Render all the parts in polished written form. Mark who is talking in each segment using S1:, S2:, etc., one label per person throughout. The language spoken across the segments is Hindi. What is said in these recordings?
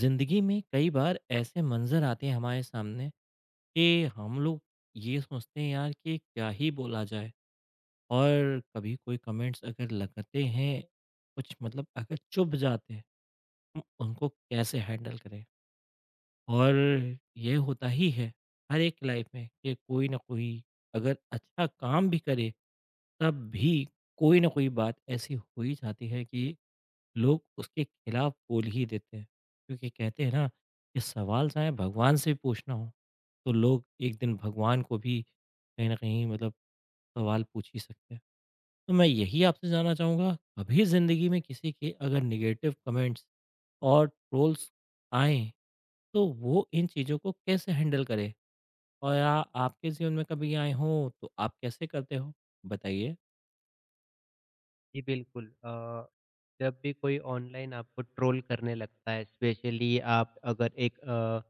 S1: जिंदगी में कई बार ऐसे मंजर आते हैं हमारे सामने कि हम लोग ये सोचते हैं, यार, कि क्या ही बोला जाए। और कभी कोई कमेंट्स अगर लगते हैं, कुछ मतलब अगर चुप जाते हैं, हम उनको कैसे हैंडल करें? और ये होता ही है हर एक लाइफ में कि कोई ना कोई अगर अच्छा काम भी करे तब भी कोई ना कोई बात ऐसी हो ही जाती है कि लोग उसके खिलाफ बोल ही देते हैं। क्योंकि कहते हैं ना, ये सवाल चाहे भगवान से भी पूछना हो, तो लोग एक दिन भगवान को भी कहीं ना कहीं, मतलब, सवाल पूछ ही सकते हैं। तो मैं यही आपसे जानना चाहूँगा, कभी ज़िंदगी में किसी के अगर निगेटिव कमेंट्स और ट्रोल्स आए, तो वो इन चीज़ों को कैसे हैंडल करें? और या आपके जीवन में कभी आए हों तो आप कैसे करते हो, बताइए।
S2: जी, बिल्कुल। जब भी कोई ऑनलाइन आपको ट्रोल करने लगता है, स्पेशली आप अगर एक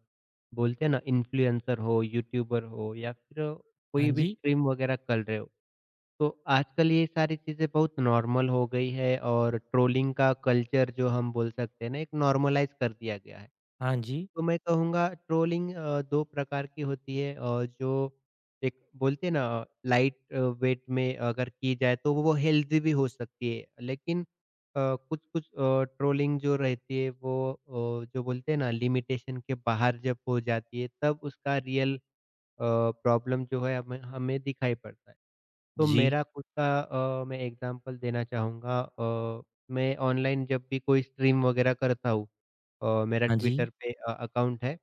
S2: बोलते हैं ना इन्फ्लुएंसर हो, यूट्यूबर हो या फिर
S1: हाँ
S2: कोई भी
S1: जी,
S2: स्ट्रीम वगैरह कर रहे हो, तो आजकल ये सारी चीज़ें बहुत नॉर्मल हो गई है और ट्रोलिंग का कल्चर जो हम बोल सकते हैं ना एक नॉर्मलाइज कर दिया गया है।
S1: हाँ जी।
S2: तो मैं कहूँगा ट्रोलिंग 2 प्रकार की होती है जो एक बोलते हैं ना लाइट वेट में अगर की जाए तो वो हेल्दी भी हो सकती है। लेकिन कुछ-कुछ ट्रोलिंग जो रहती है वो जो बोलते हैं ना लिमिटेशन के बाहर जब हो जाती है तब उसका रियल प्रॉब्लम जो है हमें हमें दिखाई पड़ता है। तो
S1: जी।
S2: मेरा खुद का मैं एग्ज़ाम्पल देना चाहूँगा मैं ऑनलाइन जब भी कोई स्ट्रीम वग़ैरह करता हूँ मेरा
S1: हाँ जी।
S2: ट्विटर पे अकाउंट है,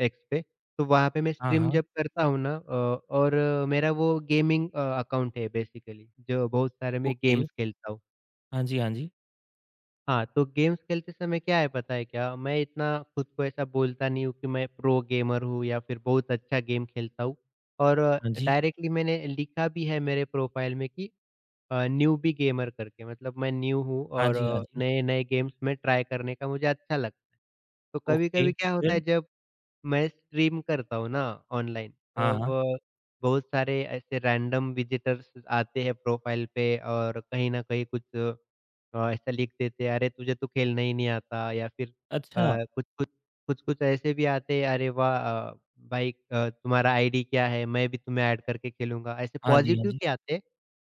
S2: एक्स पे, तो वहाँ पे मैं
S1: हाँ,
S2: स्ट्रीम
S1: हाँ।
S2: जब करता हूँ ना और मेरा वो गेमिंग अकाउंट है बेसिकली, जो बहुत सारे मैं
S1: ओके।
S2: गेम्स खेलता हूँ।
S1: हाँ जी हाँ जी,
S2: हाँ, तो गेम्स खेलते समय क्या है पता है क्या, मैं इतना खुद को ऐसा बोलता नहीं हूँ कि मैं प्रो गेमर हूँ या फिर बहुत अच्छा गेम खेलता हूँ और
S1: हाँ जी।
S2: डायरेक्टली मैंने लिखा भी है मेरे प्रोफाइल में कि न्यूबी गेमर करके मतलब मैं न्यू हूँ
S1: हाँ
S2: और
S1: जी, हाँ जी।
S2: नए-नए गेम्स में ट्राई करने का मुझे अच्छा लगता है। तो
S1: ओके,
S2: कभी-कभी क्या होता
S1: फिर?
S2: है जब मैं स्ट्रीम करता हूँ ना ऑनलाइन,
S1: हाँ,
S2: तब
S1: हाँ।
S2: बहुत सारे ऐसे रैंडम विज़िटर्स आते हैं प्रोफ़ाइल पे और कहीं न कहीं कुछ ऐसा लिख देते हैं, "अरे! तुझे तो खेलना ही नहीं आता" या फिर
S1: अच्छा।
S2: अ, कुछ-कुछ कुछ-कुछ ऐसे भी आते हैं, "अरे वाह! अ, भाई तुम्हारा आईडी क्या है? मैं भी तुम्हें ऐड करके खेलूँगा" ऐसे
S1: हाँ जी, हाँ
S2: पॉज़िटिव
S1: जी।
S2: भी आते हैं।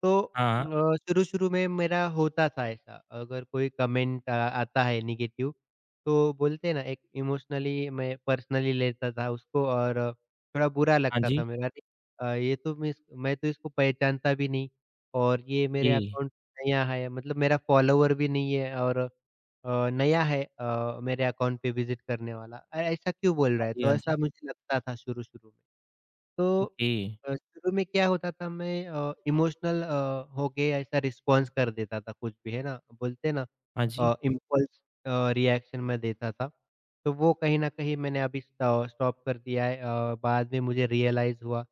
S2: तो
S1: हाँ, हाँ।
S2: शुरू-शुरू में मेरा होता था ऐसा, अगर कोई कमेंट आता है नेगेटिव तो बोलते हैं ना एक इमोशनली मैं पर्सनली लेता था उसको और थोड़ा बुरा
S1: हाँ
S2: लगता
S1: जी,
S2: था मेरा अरे! ये तो मैं इस मैं तो इसको पहचानता भी नहीं और ये
S1: ओके।
S2: मेरे अकाउंट नया है मतलब मेरा फॉलोवर भी नहीं है और नया है मेरे अकाउंट पे विज़िट करने वाला। ऐसा क्यों बोल
S1: हाँ
S2: रहा है?
S1: जी,
S2: तो
S1: हाँ जी।
S2: ऐसा मुझे लगता था शुरू-शुरू में। तो
S1: ओके।
S2: शुरू में क्या होता था मैं इमोशनल हो के ऐसा रिस्पॉन्स कर देता था कुछ भी है ना? बोलते हैं ना
S1: हाँ जी,
S2: इम्पल्स रिएक्शन मैं देता था। तो वो कहीं न कहीं मैंने अभी स्टॉप कर दिया है बाद में मुझे रियलाइज़ हुआ।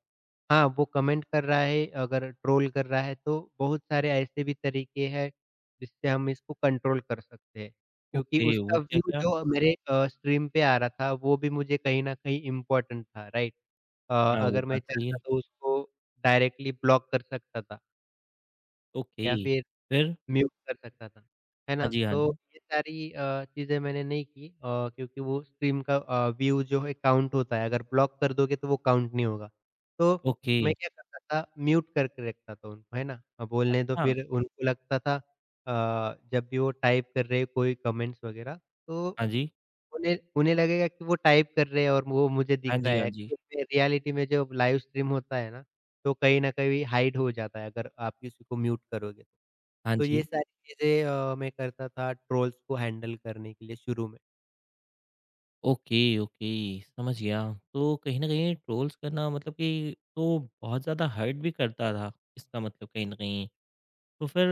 S2: हाँ, वो कमेंट कर रहा है, अगर ट्रोल कर रहा है तो बहुत सारे ऐसे भी तरीके हैं, जिससे हम इसको कंट्रोल कर सकते हैं। क्योंकि
S1: ओके। वो
S2: उसका व्यू
S1: क्या-क्या?
S2: जो मेरे स्ट्रीम पे आ रहा था वो भी मुझे कहीं न कहीं इम्पोर्टेंट था, राइट? अ,
S1: हाँ, वो
S2: अगर मैं
S1: बात सही
S2: चाहता
S1: है।
S2: तो उसको डायरेक्टली ब्लॉक कर सकता था
S1: ओके,
S2: या फिर
S1: फिर?
S2: म्यूट कर सकता था, है
S1: हाँ
S2: ना?
S1: जी, हाँ
S2: तो
S1: जी।
S2: ये सारी चीज़ें मैंने नहीं की क्योंकि वो स्ट्रीम का व्यू जो है काउंट होता है, अगर ब्लॉक कर दोगे तो वो काउंट नहीं होगा। तो
S1: ओके।
S2: मैं क्या करता था म्यूट करके रखता था उनको, है ना? बोलने दो
S1: हाँ,
S2: फिर उनको लगता था अ, जब भी वो टाइप कर रहे हैं कोई कमेंट्स वगैरह तो
S1: हाँ जी।
S2: उन्हें उन्हें लगेगा कि वो टाइप कर रहे हैं और वो मुझे
S1: हाँ
S2: दिख रहा
S1: जी, हाँ
S2: है।
S1: जी।
S2: क्योंकि रियलिटी में जब लाइव स्ट्रीम होता है ना, तो कहीं न कहीं हाइड हो जाता है अगर आप किसी को म्यूट करोगे तो।
S1: हाँ
S2: तो ये
S1: जी।
S2: सारी चीज़ें मैं करता था ट्रोल्स को हैंडल करने के लिए शुरू में।
S1: ओके, ओके, समझ गया। तो कहीं न कहीं ट्रोल्स करना, मतलब कि, तो बहुत ज़्यादा हर्ट भी करता था, इसका मतलब कहीं न कहीं। तो फिर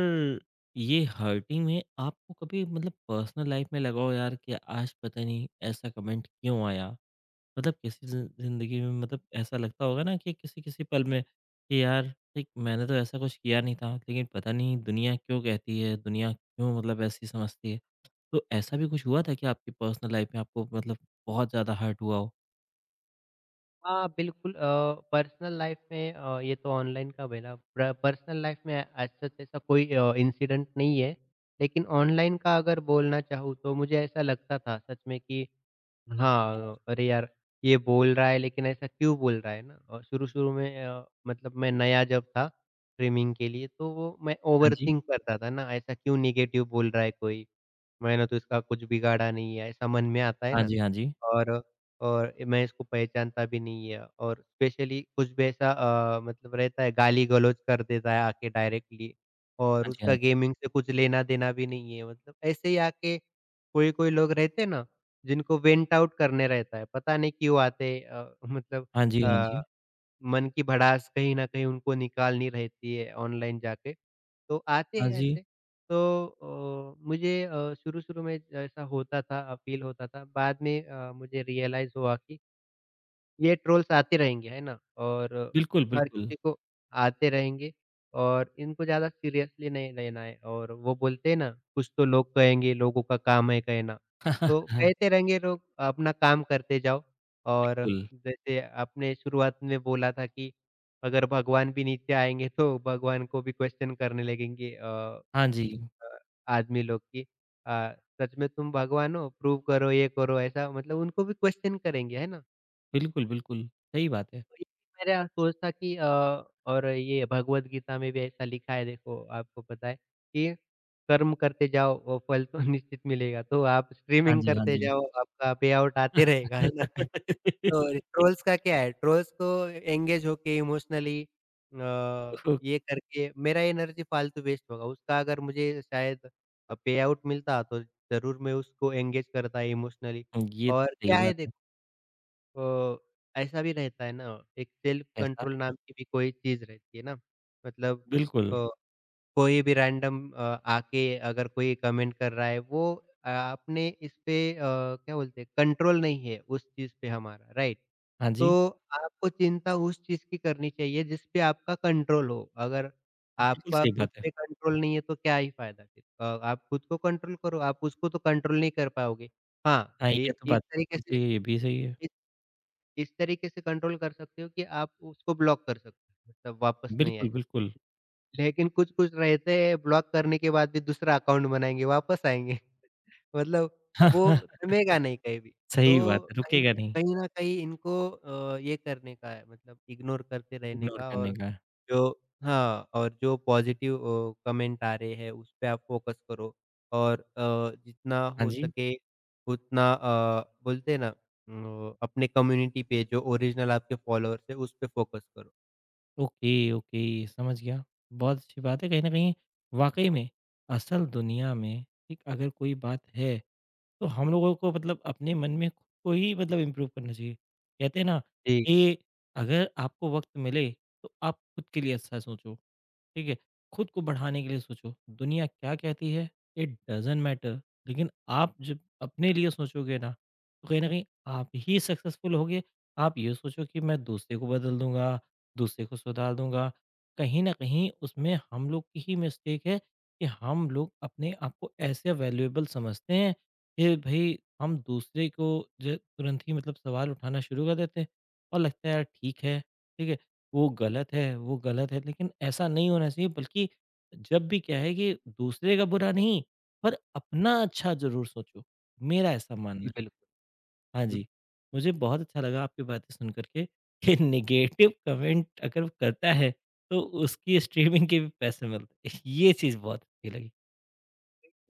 S1: ये हर्टिंग में आपको कभी, मतलब, पर्सनल लाइफ में लगा हो, यार, कि आज पता नहीं ऐसा कमेंट क्यों आया। मतलब, किसी जिंदगी में, मतलब, ऐसा लगता होगा ना कि किसी किसी पल में कि यार, ठीक, मैंने तो ऐसा कुछ किया नहीं था, लेकिन पता नहीं दुनिया क्यों कहती है, दुनिया क्यों, मतलब, ऐसी समझती है। तो ऐसा भी कुछ हुआ था कि आपकी पर्सनल लाइफ में आपको, मतलब, बहुत ज़्यादा हर्ट हुआ हो?
S2: हाँ, बिल्कुल पर्सनल लाइफ़ में ये तो ऑनलाइन का भला प्र पर्सनल लाइफ़ में आज तक ऐसा कोई इंसिडेंट नहीं है। लेकिन ऑनलाइन का अगर बोलना चाहूँ तो मुझे ऐसा लगता था सच में कि हाँ, तो अरे यार! ये बोल रहा है लेकिन ऐसा क्यों बोल रहा है ना? और शुरू-शुरू में मतलब मैं नया जब था स्विमिंग के लिए तो वो मैं
S1: हाँ जी,
S2: ओवरथिंक करता था ना, ऐसा क्यों नेगेटिव बोल रहा है कोई? मैंने तो इसका कुछ बिगाड़ा नहीं है, ऐसा मन में आता है
S1: हाँ
S2: ना।
S1: जी। हाँ जी,
S2: और और मैं इसको पहचानता भी नहीं है और स्पेशली कुछ भी ऐसा मतलब रहता है गाली-गलौज कर देता है आके डायरेक्टली और
S1: हाँ जी। हाँ
S2: उसका
S1: जी,
S2: गेमिंग से कुछ लेना-देना भी नहीं है। मतलब ऐसे ही आके कोई-कोई लोग रहते हैं ना जिनको वेंट आउट करने रहता है, पता नहीं क्यों आते मतलब
S1: हाँ जी। हाँ
S2: अ,
S1: जी,
S2: मन की भड़ास कहीं न कहीं उनको निकालनी रहती है ऑनलाइन जाके, तो आते
S1: हाँ
S2: हैं
S1: जी।
S2: ऐसे। तो मुझे शुरू-शुरू में ऐसा होता था फ़ील होता था, बाद में मुझे रियलाइज़ हुआ कि ये ट्रोल्स आते रहेंगे, है ना? और
S1: बिल्कुल,
S2: हर
S1: बिल्कुल।
S2: किसी को आते रहेंगे और इनको ज़्यादा सीरियसली नहीं लेना है और वो बोलते हैं ना, कुछ तो लोग कहेंगे, लोगों का काम है कहना। तो कहते रहेंगे लोग, अपना काम करते जाओ और
S1: बिल्कुल।
S2: जैसे आपने शुरुआत में बोला था कि अगर भगवान भी नीचे आएँगे तो भगवान को भी क्वेश्चन करने लगेंगे
S1: हाँ जी।
S2: उम, अ, आदमी लोग कि अ, सच में तुम भगवान हो? प्रूव करो, ये करो, ऐसा मतलब उनको भी क्वेश्चन करेंगे, है ना?
S1: बिल्कुल, बिल्कुल, सही बात है।
S2: ये मेरा सोच था कि और ये भगवद गीता में भी ऐसा लिखा है देखो आपको पता है कि कर्म करते जाओ वो फल तो निश्चित मिलेगा। तो आप
S1: हाँ
S2: स्ट्रीमिंग
S1: जी, हाँ
S2: करते
S1: जी।
S2: जाओ आपका पेआउट आते रहेगा, है ना? तो ट्रोल्स का क्या है ट्रोल्स को एंगेज होके इमोशनली
S1: ओह!
S2: ये करके मेरा एनर्जी फालतू वेस्ट होगा। उसका अगर मुझे शायद पेआउट मिलता तो ज़रूर मैं उसको एंगेज करता इमोशनली
S1: ये तो
S2: और
S1: सही
S2: क्या है
S1: बात है।
S2: देखो तो ऐसा भी रहता है ना, एक सेल्फ
S1: ऐसा।
S2: कंट्रोल नाम की भी कोई चीज़ रहती है ना, मतलब
S1: बिल्कुल।
S2: अ, कोई भी रैंडम आके अगर कोई कमेंट कर रहा है, वो आपने इस पे क्या बोलते हैं, कंट्रोल नहीं है उस चीज़ पे हमारा, राइट?
S1: हाँ जी,
S2: तो आपको चिंता उस चीज़ की करनी चाहिए जिस पे आपका कंट्रोल हो, अगर
S1: बिल्कुल
S2: आपका
S1: सही
S2: खुद
S1: बात है।
S2: पे कंट्रोल नहीं है, तो क्या ही फ़ायदा फिर? आप खुद को कंट्रोल करो, आप उसको तो कंट्रोल नहीं कर पाओगे। हाँ,
S1: हाँ,
S2: ये
S1: ये तो बात बिल्कुल सही है, ये भी सही है।
S2: इस तरीके से कंट्रोल कर सकते हो कि आप उसको ब्लॉक कर सकते हो, मतलब वापस नहीं
S1: बिल्कुल,
S2: आए।
S1: बिल्कुल।
S2: लेकिन कुछ-कुछ रहते हैं ब्लॉक करने के बाद भी दूसरा अकाउंट बनाएँगे, वापस आएँगे। मतलब वो थमेगा नहीं कहीं भी। तो
S1: सही बात है,
S2: कहीं
S1: रुकेगा नहीं।
S2: कहीं न कहीं इनको ये करने का है मतलब इग्नोर करते रहने
S1: इग्नोर
S2: का
S1: करने
S2: और
S1: का।
S2: जो हाँ, और जो पॉज़िटिव कमेंट आ रहे हैं उस पे आप फ़ोकस करो और जितना
S1: हाँ
S2: हो
S1: जी,
S2: सके उतना बोलते हैं ना अपने कम्युनिटी पे जो ओरिजिनल आपके फ़ॉलोअर्स हैं उस पे फ़ोकस करो।
S1: ओके, ओके, समझ गया। बहुत अच्छी बात है, कहीं न कहीं वाक़ई में, असल दुनिया में, एक अगर कोई बात है तो हम लोगों को, मतलब, अपने मन में खुद को ही, मतलब, इम्प्रूव करना चाहिए। कहते हैं ना,
S2: जी,
S1: कि अगर आपको वक़्त मिले, तो आप खुद के लिए अच्छा सोचो। ठीक है? खुद को बढ़ाने के लिए सोचो, दुनिया क्या कहती है, इट डज़न्ट मैटर। लेकिन आप जब अपने लिए सोचोगे ना, तो कहीं न कहीं आप ही सक्सेसफुल होगे। आप ये सोचो कि मैं दूसरे को बदल दूँगा, दूसरे को सुधार दूँगा। कहीं न कहीं उसमें हम लोग की ही मिस्टेक है, कि हम लोग अपने आप को ऐसे वैल्यूएबल समझते हैं कि भई, हम दूसरे को, जो तुरंत ही, मतलब, सवाल उठाना शुरू कर देते हैं, और लगता है, यार, ठीक है, ठीक है? वो गलत है, वो गलत है, लेकिन ऐसा नहीं होना चाहिए, बल्कि जब भी क्या है कि दूसरे का बुरा नहीं, पर अपना अच्छा ज़रूर सोचो, मेरा ऐसा मानना
S2: जी
S1: है।
S2: बिल्कुल।
S1: हाँ
S2: हुँ,
S1: जी। मुझे बहुत अच्छा लगा आपकी बातें सुन कर के, कि नेगेटिव कमेंट अगर करता है, तो उसकी स्ट्रीमिंग के भी पैसे मिलते हैं। ये चीज़ बहुत अच्छी लगी।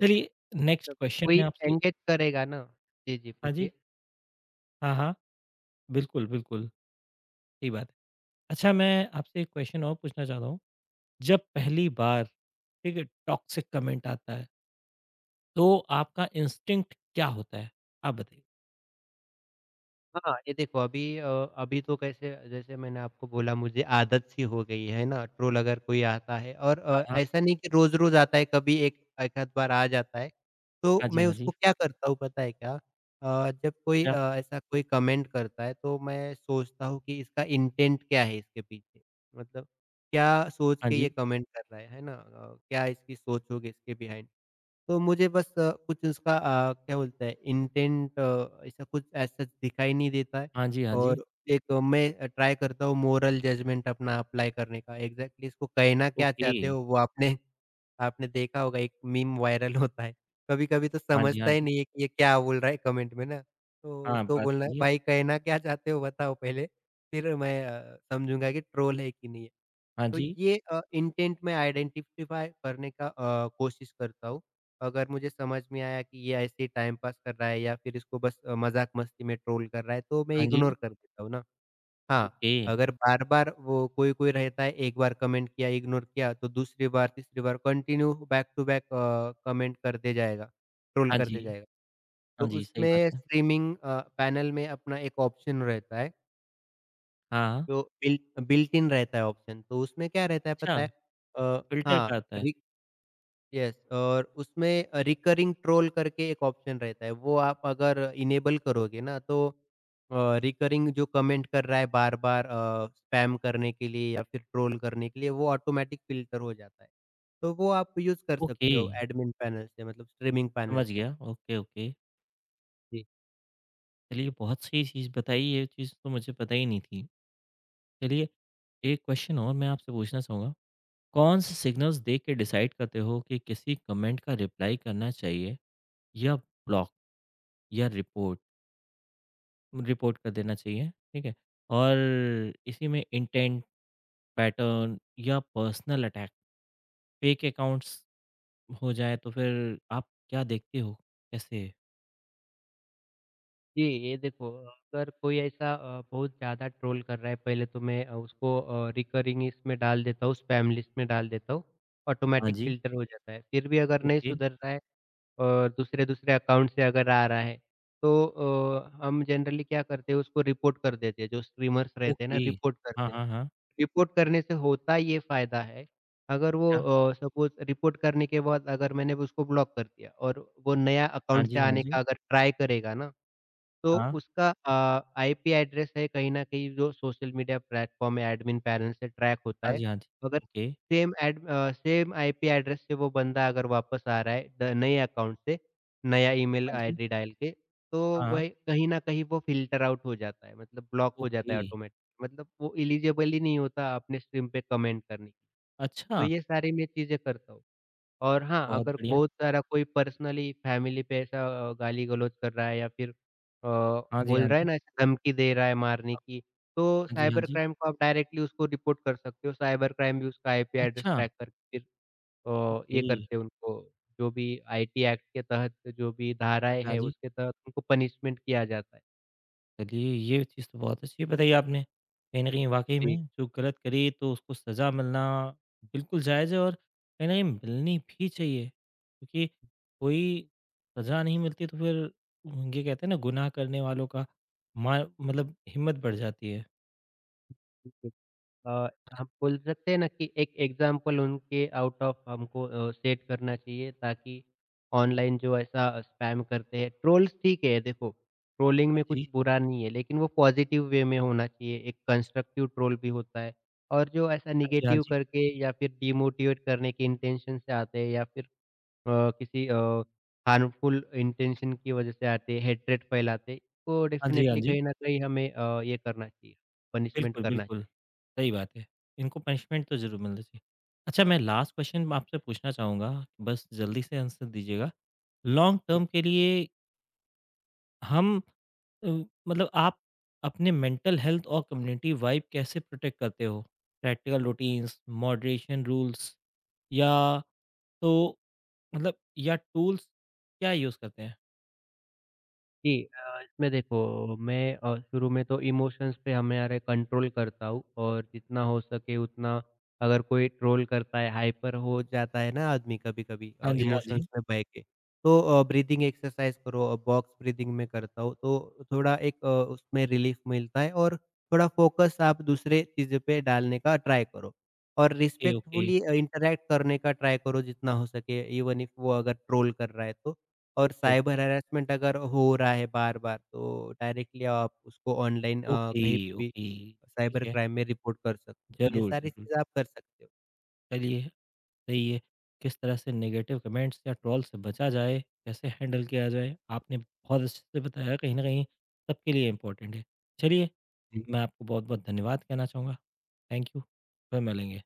S1: चलिए, नेक्स्ट
S2: तो
S1: क्वेश्चन
S2: कोई
S1: मैं आपसे।
S2: एंगेज करेगा ना। जी, जी
S1: हाँ जी,
S2: पूछिए?
S1: हाँ, हाँ, बिल्कुल, बिल्कुल, सही बात है। अच्छा, मैं आपसे एक क्वेश्चन और पूछना चाहता हूँ, जब पहली बार, ठीक है, टॉक्सिक कमेंट आता है, तो आपका इंस्टिंक्ट क्या होता है? आप बताइए?
S2: हाँ, ये देखो अभी अभी तो कैसे जैसे मैंने आपको बोला मुझे आदत सी हो गई है ना, ट्रोल अगर कोई आता है और
S1: हाँ, हाँ।
S2: ऐसा नहीं कि रोज़-रोज़ आता है, कभी एक एक आध बार आ जाता है। तो
S1: हाँ जी,
S2: मैं
S1: हाँ जी।
S2: उसको क्या करता हूँ पता है क्या? जब कोई
S1: क्या?
S2: ऐसा कोई कमेंट करता है तो मैं सोचता हूँ कि इसका इंटेंट क्या है इसके पीछे? मतलब क्या सोच
S1: हाँ
S2: के
S1: जी।
S2: ये कमेंट कर रहा है ना? क्या इसकी सोच होगी इसके बिहाइंड? तो मुझे बस कुछ उसका क्या बोलते हैं इंटेंट ऐसा कुछ ऐसा दिखाई नहीं देता है
S1: हाँ जी, हाँ जी।
S2: और एक मैं ट्राई करता हूँ मोरल जजमेंट अपना अप्लाई करने का। एग्ज़ैक्टली इसको कहना क्या
S1: ओके।
S2: चाहते हो वो आपने आपने देखा होगा एक मीम वायरल होता है। कभी-कभी तो
S1: हाँ जी, हाँ
S2: समझता ही
S1: जी।
S2: नहीं है कि ये क्या बोल रहा है कमेंट में ना, तो
S1: हाँ,
S2: उसको
S1: बात
S2: बोलना है
S1: सही है।
S2: भाई कहना क्या चाहते हो बताओ पहले फिर मैं समझूँगा कि ट्रोल है कि नहीं है।
S1: हाँ
S2: तो
S1: जी।
S2: ये इंटेंट मैं आइडेंटिफाई करने का कोशिश करता हूँ। अगर मुझे समझ में आया कि ये ऐसे ही टाइम पास कर रहा है या फिर इसको बस मज़ाक-मस्ती में ट्रोल कर रहा है, तो मैं
S1: हाँ जी।
S2: इग्नोर कर देता हूँ ना। हाँ,
S1: ओके।
S2: अगर बार-बार वो कोई-कोई रहता है एक बार कमेंट किया, इग्नोर किया तो दूसरी बार, तीसरी बार continue back to back comment करते जाएगा, ट्रोल
S1: हाँ जी।
S2: करते जाएगा। तो
S1: हाँ जी, सही बात
S2: उसमें
S1: है।
S2: स्ट्रीमिंग पैनल में अपना एक ऑप्शन रहता है,
S1: हाँ।
S2: जो बिल्ट बिल्ट इन रहता है ऑप्शन, तो उसमें क्या रहता है
S1: अच्छा,
S2: पता है? अ,
S1: फ़िल्टर का
S2: हाँ,
S1: आता है।
S2: रि यस और उसमें रिकरिंग ट्रोल करके एक ऑप्शन रहता है, वो आप अगर इनेबल करोगे ना तो अ, रिकरिंग जो कमेंट कर रहा है बार-बार स्पैम करने के लिए या फिर ट्रोल करने के लिए वो ऑटोमैटिक फ़िल्टर हो जाता है। तो वो आप यूज़ कर
S1: ओके,
S2: सकते हो एडमिन पैनल से मतलब स्ट्रीमिंग पैनल
S1: समझ
S2: से।
S1: गया। Okay, okay.
S2: जी।
S1: चलिए, बहुत सही चीज़ बताई, ये चीज़ तो मुझे पता ही नहीं थी। चलिए, एक क्वेश्चन और मैं आपसे पूछना चाहूँगा। कौन से सिग्नल्स देख के डिसाइड करते हो कि किसी कमेंट का रिप्लाई करना चाहिए या ब्लॉक? या रिपोर्ट रिपोर्ट कर देना चाहिए, ठीक है? और इसी में इंटेंट, पैटर्न या पर्सनल अटैक, फेक अकाउंट्स हो जाए, तो फिर आप क्या देखते हो? कैसे?
S2: जी, ये देखो अगर कोई ऐसा बहुत ज़्यादा ट्रोल कर रहा है पहले तो मैं उसको रिकरिंग इसमें डाल देता हूँ स्पैम लिस्ट में डाल देता हूँ,
S1: हाँ
S2: ऑटोमैटिक
S1: जी,
S2: फ़िल्टर हो जाता है। फिर भी अगर नहीं
S1: ओके,
S2: सुधर रहा है और दूसरे-दूसरे अकाउंट से अगर आ रहा है तो हम जनरली क्या करते हैं उसको रिपोर्ट कर देते हैं, जो स्ट्रीमर्स रहते हैं ना
S1: ओके।
S2: रिपोर्ट
S1: हाँ,
S2: करते हैं।
S1: हाँ, हाँ।
S2: रिपोर्ट करने से होता ये फ़ायदा है, अगर वो
S1: क्या?
S2: सपोज़ रिपोर्ट करने के बाद अगर मैंने उसको ब्लॉक कर दिया और वो नया
S1: हाँ
S2: अकाउंट से
S1: जी, हाँ
S2: आने
S1: जी।
S2: का अगर ट्राई करेगा ना, तो
S1: हाँ,
S2: उसका आईपी एड्रेस है कहीं न कहीं जो सोशल मीडिया प्लेटफ़ॉर्म या एडमिन पैनल से ट्रैक होता
S1: हाँ
S2: है।
S1: जी, हाँ जी।
S2: अगर
S1: okay,
S2: same ad uh, same IP address से वो बंदा अगर वापस आ रहा है द नए अकाउंट से, नया ईमेल
S1: हाँ जी,
S2: आईडी डाल के, तो
S1: हाँ,
S2: वही कहीं न कहीं वो फ़िल्टर आउट हो जाता है, मतलब ब्लॉक हो जाता
S1: ओके।
S2: है ऑटोमैटिक। मतलब वो एलिजिबल ही नहीं होता अपने स्ट्रीम पे कमेंट करने के लिए। तो
S1: अच्छा,
S2: ये सारी मैं चीज़ें करता हूँ और हाँ,
S1: बहुत
S2: अगर
S1: बढ़िया।
S2: बहुत सारा कोई पर्सनली फैमिली पे ऐसा गाली-गलौच कर रहा है या फिर
S1: हाँ जी,
S2: बोल
S1: हाँ
S2: रहा है
S1: जी।
S2: ना धमकी दे रहा है मारने
S1: हाँ
S2: की, तो
S1: जी, हाँ
S2: साइबर
S1: जी।
S2: क्राइम को आप डायरेक्टली उसको रिपोर्ट कर सकते हो। साइबर क्राइम भी उसका आईपी एड्रेस
S1: अच्छा,
S2: ट्रैक करके फिर ये
S1: ओके।
S2: करते हैं उनको जो भी आईटी एक्ट के तहत जो भी
S1: हाँ
S2: धाराएँ
S1: जी, हाँ
S2: हैं
S1: जी।
S2: उसके तहत उनको पनिशमेंट किया जाता है।
S1: चलिए, ये चीज़ तो बहुत अच्छी बताई आपने। कहीं न कहीं वाक़ई
S2: जी।
S1: में जो गलत करे तो उसको सज़ा मिलना बिल्कुल जायज़ है, और कहीं न कहीं मिलनी भी चाहिए। क्योंकि कोई सज़ा नहीं मिलती तो फिर ये कहते हैं ना, गुनाह करने वालों का, मा मतलब हिम्मत बढ़ जाती है।
S2: अ, हम बोल सकते हैं ना कि एक एग्जाम्पल उनके आउट ऑफ हमको सेट करना चाहिए ताकि ऑनलाइन जो ऐसा स्पैम करते हैं ट्रोल्स ठीक है देखो ट्रोलिंग
S1: हाँ
S2: में
S1: जी,
S2: कुछ बुरा नहीं है लेकिन वो पॉजिटिव वे में होना चाहिए एक कंस्ट्रक्टिव ट्रोल भी होता है और जो ऐसा
S1: हाँ जी, हाँ
S2: निगेटिव
S1: जी।
S2: करके या फिर डिमोटिवेट करने के इंटेंशन से आते हैं या फिर अ, किसी हार्मफुल इंटेंशन की वजह से आते हैं हेट्रेट फैलाते हैं तो
S1: हाँ जी, हाँ
S2: डेफिनेटली
S1: जी।
S2: कहीं ना कहीं हमें ये करना चाहिए पनिशमेंट
S1: बिल्कुल,
S2: करना
S1: बिल्कुल।
S2: चाहिए
S1: सही बात है। इनको पनिशमेंट तो ज़रूर मिलना चाहिए। अच्छा, मैं लास्ट क्वेश्चन आपसे पूछना चाहूँगा, बस जल्दी से आंसर दीजिएगा। लॉन्ग टर्म के लिए हम, अ, मतलब आप अपने मेंटल हेल्थ और कम्युनिटी वाइब कैसे प्रोटेक्ट करते हो? प्रैक्टिकल रूटीन्स, मॉडरेशन रूल्स, या तो, मतलब, या टूल्स क्या यूज़ करते हैं?
S2: जी इसमें देखो मैं शुरू में तो इमोशंस पे हमारे कंट्रोल करता हूँ और जितना हो सके उतना अगर कोई ट्रोल करता है हाइपर हो जाता है ना आदमी कभी-कभी
S1: हाँ जी, हाँ जी।
S2: इमोशंस में बह के तो ब्रीदिंग एक्सरसाइज करो बॉक्स ब्रीदिंग में करता हूँ तो थोड़ा एक उसमें रिलीफ मिलता है और थोड़ा फोकस आप दूसरे चीज़ पे डालने का ट्राई करो और
S1: ओके, ओके।
S2: रिस्पेक्टफुली इंटरैक्ट करने का ट्राई करो जितना हो सके इवन इफ वो अगर ट्रोल कर रहा है तो और
S1: ओके,
S2: साइबर हैरेसमेंट अगर हो रहा है बार-बार तो डायरेक्टली आप उसको ऑनलाइन
S1: ओके,
S2: कहीं पे भी
S1: ओके। ठीक
S2: साइबर
S1: है।
S2: क्राइम में रिपोर्ट कर सकते हो। ये
S1: ज़रूर,
S2: सारी
S1: ज़रूर।
S2: चीज़ें आप कर सकते
S1: चलिए, सही है। किस तरह से नेगेटिव कमेंट्स या ट्रोल से बचा जाए, कैसे हैंडल किया जाए, आपने बहुत अच्छे से बताया, कहीं न कहीं सबके लिए इम्पोर्टेंट है। चलिए,
S2: हो।
S1: मैं आपको बहुत-बहुत धन्यवाद कहना चाहूँगा। थैंक यू, फिर मिलेंगे।